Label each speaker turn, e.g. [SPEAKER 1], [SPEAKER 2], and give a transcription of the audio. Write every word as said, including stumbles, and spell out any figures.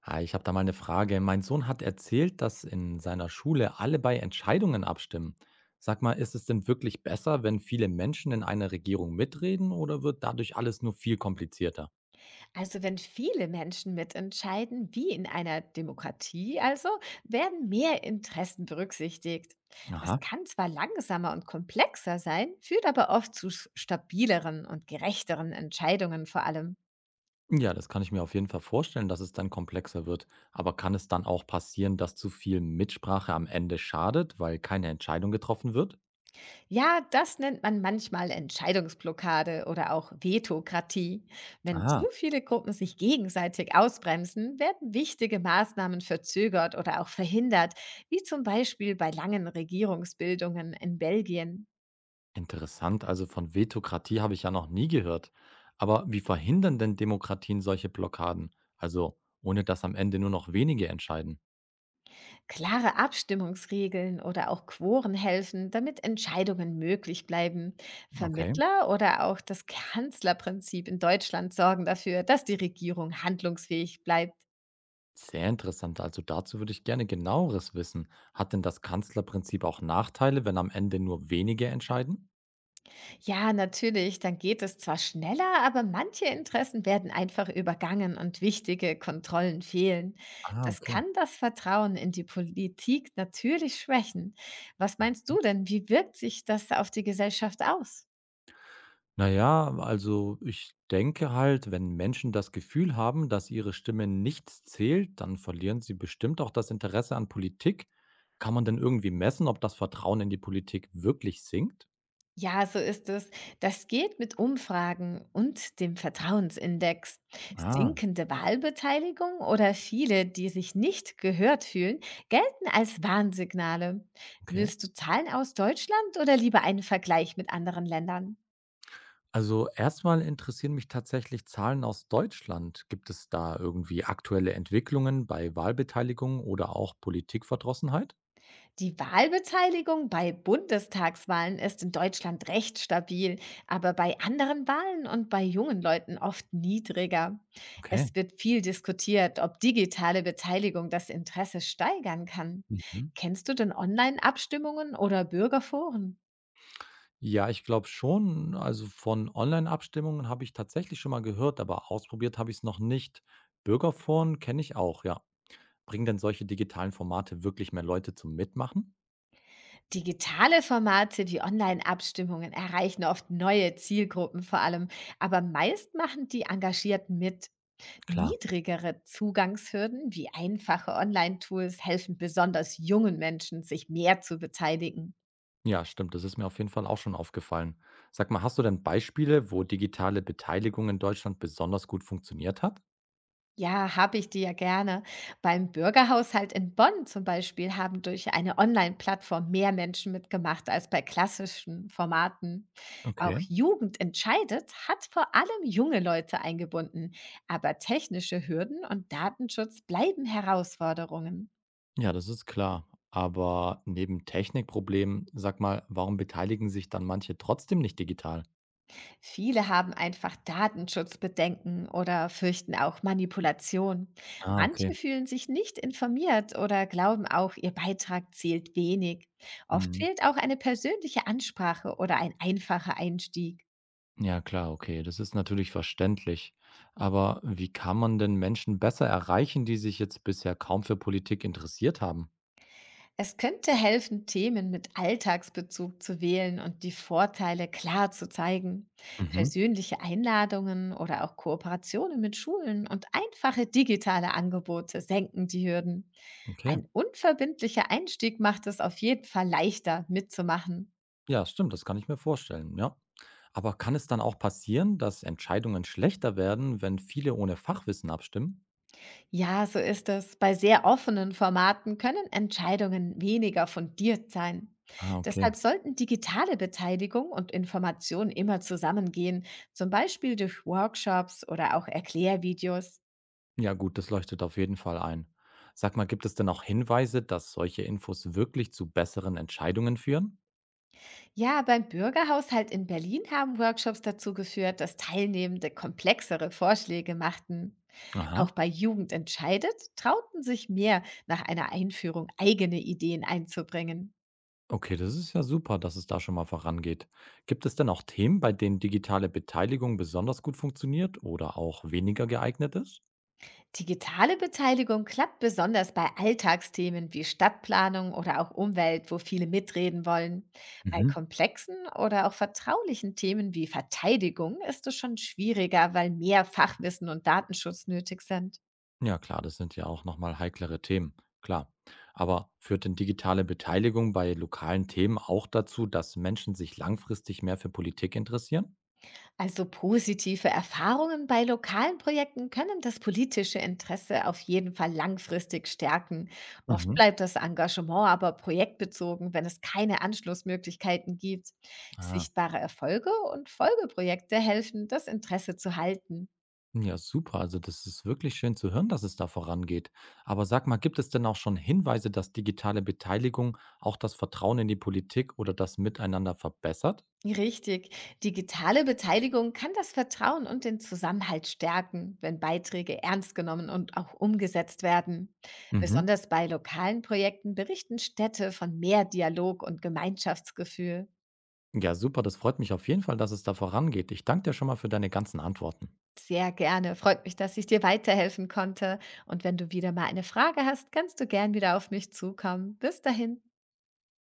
[SPEAKER 1] Hi, ich habe da mal eine Frage. Mein Sohn hat erzählt, dass in seiner Schule alle bei Entscheidungen abstimmen. Sag mal, ist es denn wirklich besser, wenn viele Menschen in einer Regierung mitreden oder wird dadurch alles nur viel komplizierter?
[SPEAKER 2] Also wenn viele Menschen mitentscheiden, wie in einer Demokratie also, werden mehr Interessen berücksichtigt. Das
[SPEAKER 1] Aha.
[SPEAKER 2] kann zwar langsamer und komplexer sein, führt aber oft zu s- stabileren und gerechteren Entscheidungen vor allem.
[SPEAKER 1] Ja, das kann ich mir auf jeden Fall vorstellen, dass es dann komplexer wird. Aber kann es dann auch passieren, dass zu viel Mitsprache am Ende schadet, weil keine Entscheidung getroffen wird?
[SPEAKER 2] Ja, das nennt man manchmal Entscheidungsblockade oder auch Vetokratie. Wenn zu
[SPEAKER 1] Aha.
[SPEAKER 2] viele Gruppen sich gegenseitig ausbremsen, werden wichtige Maßnahmen verzögert oder auch verhindert, wie zum Beispiel bei langen Regierungsbildungen in Belgien.
[SPEAKER 1] Interessant, also von Vetokratie habe ich ja noch nie gehört. Aber wie verhindern denn Demokratien solche Blockaden? Also ohne dass am Ende nur noch wenige entscheiden.
[SPEAKER 2] Klare Abstimmungsregeln oder auch Quoren helfen, damit Entscheidungen möglich bleiben.
[SPEAKER 1] Okay.
[SPEAKER 2] Vermittler oder auch das Kanzlerprinzip in Deutschland sorgen dafür, dass die Regierung handlungsfähig bleibt.
[SPEAKER 1] Sehr interessant, also dazu würde ich gerne genaueres wissen. Hat denn das Kanzlerprinzip auch Nachteile, wenn am Ende nur wenige entscheiden?
[SPEAKER 2] Ja, natürlich, dann geht es zwar schneller, aber manche Interessen werden einfach übergangen und wichtige Kontrollen fehlen.
[SPEAKER 1] Ah,
[SPEAKER 2] Das
[SPEAKER 1] okay.
[SPEAKER 2] kann das Vertrauen in die Politik natürlich schwächen. Was meinst du denn, wie wirkt sich das auf die Gesellschaft aus?
[SPEAKER 1] Na ja, also ich denke halt, wenn Menschen das Gefühl haben, dass ihre Stimme nichts zählt, dann verlieren sie bestimmt auch das Interesse an Politik. Kann man denn irgendwie messen, ob das Vertrauen in die Politik wirklich sinkt?
[SPEAKER 2] Ja, so ist es. Das geht mit Umfragen und dem Vertrauensindex.
[SPEAKER 1] Ah,
[SPEAKER 2] Sinkende Wahlbeteiligung oder viele, die sich nicht gehört fühlen, gelten als Warnsignale.
[SPEAKER 1] okay.
[SPEAKER 2] Willst du Zahlen aus Deutschland oder lieber einen Vergleich mit anderen Ländern?
[SPEAKER 1] Also erstmal interessieren mich tatsächlich Zahlen aus Deutschland. Gibt es da irgendwie aktuelle Entwicklungen bei Wahlbeteiligung oder auch Politikverdrossenheit?
[SPEAKER 2] Die Wahlbeteiligung bei Bundestagswahlen ist in Deutschland recht stabil, aber bei anderen Wahlen und bei jungen Leuten oft niedriger. Es
[SPEAKER 1] Okay.
[SPEAKER 2] wird viel diskutiert, ob digitale Beteiligung das Interesse steigern kann.
[SPEAKER 1] Mhm.
[SPEAKER 2] Kennst du denn Online-Abstimmungen oder Bürgerforen?
[SPEAKER 1] Ja, ich glaube schon. Also, von Online-Abstimmungen habe ich tatsächlich schon mal gehört, aber ausprobiert habe ich es noch nicht. Bürgerforen kenne ich auch, ja. Bringen denn solche digitalen Formate wirklich mehr Leute zum Mitmachen?
[SPEAKER 2] Digitale Formate wie Online-Abstimmungen erreichen oft neue Zielgruppen vor allem, aber meist machen die Engagierten mit.
[SPEAKER 1] Klar.
[SPEAKER 2] Niedrigere Zugangshürden wie einfache Online-Tools helfen besonders jungen Menschen, sich mehr zu beteiligen.
[SPEAKER 1] Ja, stimmt. Das ist mir auf jeden Fall auch schon aufgefallen. Sag mal, hast du denn Beispiele, wo digitale Beteiligung in Deutschland besonders gut funktioniert hat?
[SPEAKER 2] Ja, habe ich dir ja gerne. Beim Bürgerhaushalt in Bonn zum Beispiel haben durch eine Online-Plattform mehr Menschen mitgemacht als bei klassischen Formaten. Auch
[SPEAKER 1] Okay.
[SPEAKER 2] Jugend entscheidet hat vor allem junge Leute eingebunden, aber technische Hürden und Datenschutz bleiben Herausforderungen.
[SPEAKER 1] Ja, das ist klar. Aber neben Technikproblemen, sag mal, warum beteiligen sich dann manche trotzdem nicht digital?
[SPEAKER 2] Viele haben einfach Datenschutzbedenken oder fürchten auch Manipulation.
[SPEAKER 1] Ah,
[SPEAKER 2] Manche
[SPEAKER 1] okay.
[SPEAKER 2] fühlen sich nicht informiert oder glauben auch, ihr Beitrag zählt wenig. Oft
[SPEAKER 1] Mhm.
[SPEAKER 2] fehlt auch eine persönliche Ansprache oder ein einfacher Einstieg.
[SPEAKER 1] Ja klar, okay, das ist natürlich verständlich. Aber wie kann man denn Menschen besser erreichen, die sich jetzt bisher kaum für Politik interessiert haben?
[SPEAKER 2] Es könnte helfen, Themen mit Alltagsbezug zu wählen und die Vorteile klar zu zeigen.
[SPEAKER 1] Mhm.
[SPEAKER 2] Persönliche Einladungen oder auch Kooperationen mit Schulen und einfache digitale Angebote senken die Hürden.
[SPEAKER 1] Okay.
[SPEAKER 2] Ein unverbindlicher Einstieg macht es auf jeden Fall leichter, mitzumachen.
[SPEAKER 1] Ja, stimmt, das kann ich mir vorstellen, ja. Aber kann es dann auch passieren, dass Entscheidungen schlechter werden, wenn viele ohne Fachwissen abstimmen?
[SPEAKER 2] Ja, so ist es. Bei sehr offenen Formaten können Entscheidungen weniger fundiert sein.
[SPEAKER 1] Ah, okay.
[SPEAKER 2] Deshalb sollten digitale Beteiligung und Information immer zusammengehen, zum Beispiel durch Workshops oder auch Erklärvideos.
[SPEAKER 1] Ja gut, das leuchtet auf jeden Fall ein. Sag mal, gibt es denn auch Hinweise, dass solche Infos wirklich zu besseren Entscheidungen führen?
[SPEAKER 2] Ja, beim Bürgerhaushalt in Berlin haben Workshops dazu geführt, dass Teilnehmende komplexere Vorschläge machten.
[SPEAKER 1] Aha.
[SPEAKER 2] Auch bei Jugend entscheidet trauten sich mehr, nach einer Einführung eigene Ideen einzubringen.
[SPEAKER 1] Okay, das ist ja super, dass es da schon mal vorangeht. Gibt es denn auch Themen, bei denen digitale Beteiligung besonders gut funktioniert oder auch weniger geeignet ist?
[SPEAKER 2] Digitale Beteiligung klappt besonders bei Alltagsthemen wie Stadtplanung oder auch Umwelt, wo viele mitreden wollen. Bei
[SPEAKER 1] Mhm.
[SPEAKER 2] komplexen oder auch vertraulichen Themen wie Verteidigung ist es schon schwieriger, weil mehr Fachwissen und Datenschutz nötig sind.
[SPEAKER 1] Ja, klar, das sind ja auch nochmal heiklere Themen, klar. Aber führt denn digitale Beteiligung bei lokalen Themen auch dazu, dass Menschen sich langfristig mehr für Politik interessieren?
[SPEAKER 2] Also positive Erfahrungen bei lokalen Projekten können das politische Interesse auf jeden Fall langfristig stärken. Oft
[SPEAKER 1] Mhm.
[SPEAKER 2] bleibt das Engagement aber projektbezogen, wenn es keine Anschlussmöglichkeiten gibt.
[SPEAKER 1] Ah.
[SPEAKER 2] Sichtbare Erfolge und Folgeprojekte helfen, das Interesse zu halten.
[SPEAKER 1] Ja, super. Also das ist wirklich schön zu hören, dass es da vorangeht. Aber sag mal, gibt es denn auch schon Hinweise, dass digitale Beteiligung auch das Vertrauen in die Politik oder das Miteinander verbessert?
[SPEAKER 2] Richtig. Digitale Beteiligung kann das Vertrauen und den Zusammenhalt stärken, wenn Beiträge ernst genommen und auch umgesetzt werden.
[SPEAKER 1] Mhm.
[SPEAKER 2] Besonders bei lokalen Projekten berichten Städte von mehr Dialog und Gemeinschaftsgefühl.
[SPEAKER 1] Ja, super. Das freut mich auf jeden Fall, dass es da vorangeht. Ich danke dir schon mal für deine ganzen Antworten.
[SPEAKER 2] Sehr gerne. Freut mich, dass ich dir weiterhelfen konnte. Und wenn du wieder mal eine Frage hast, kannst du gern wieder auf mich zukommen. Bis dahin.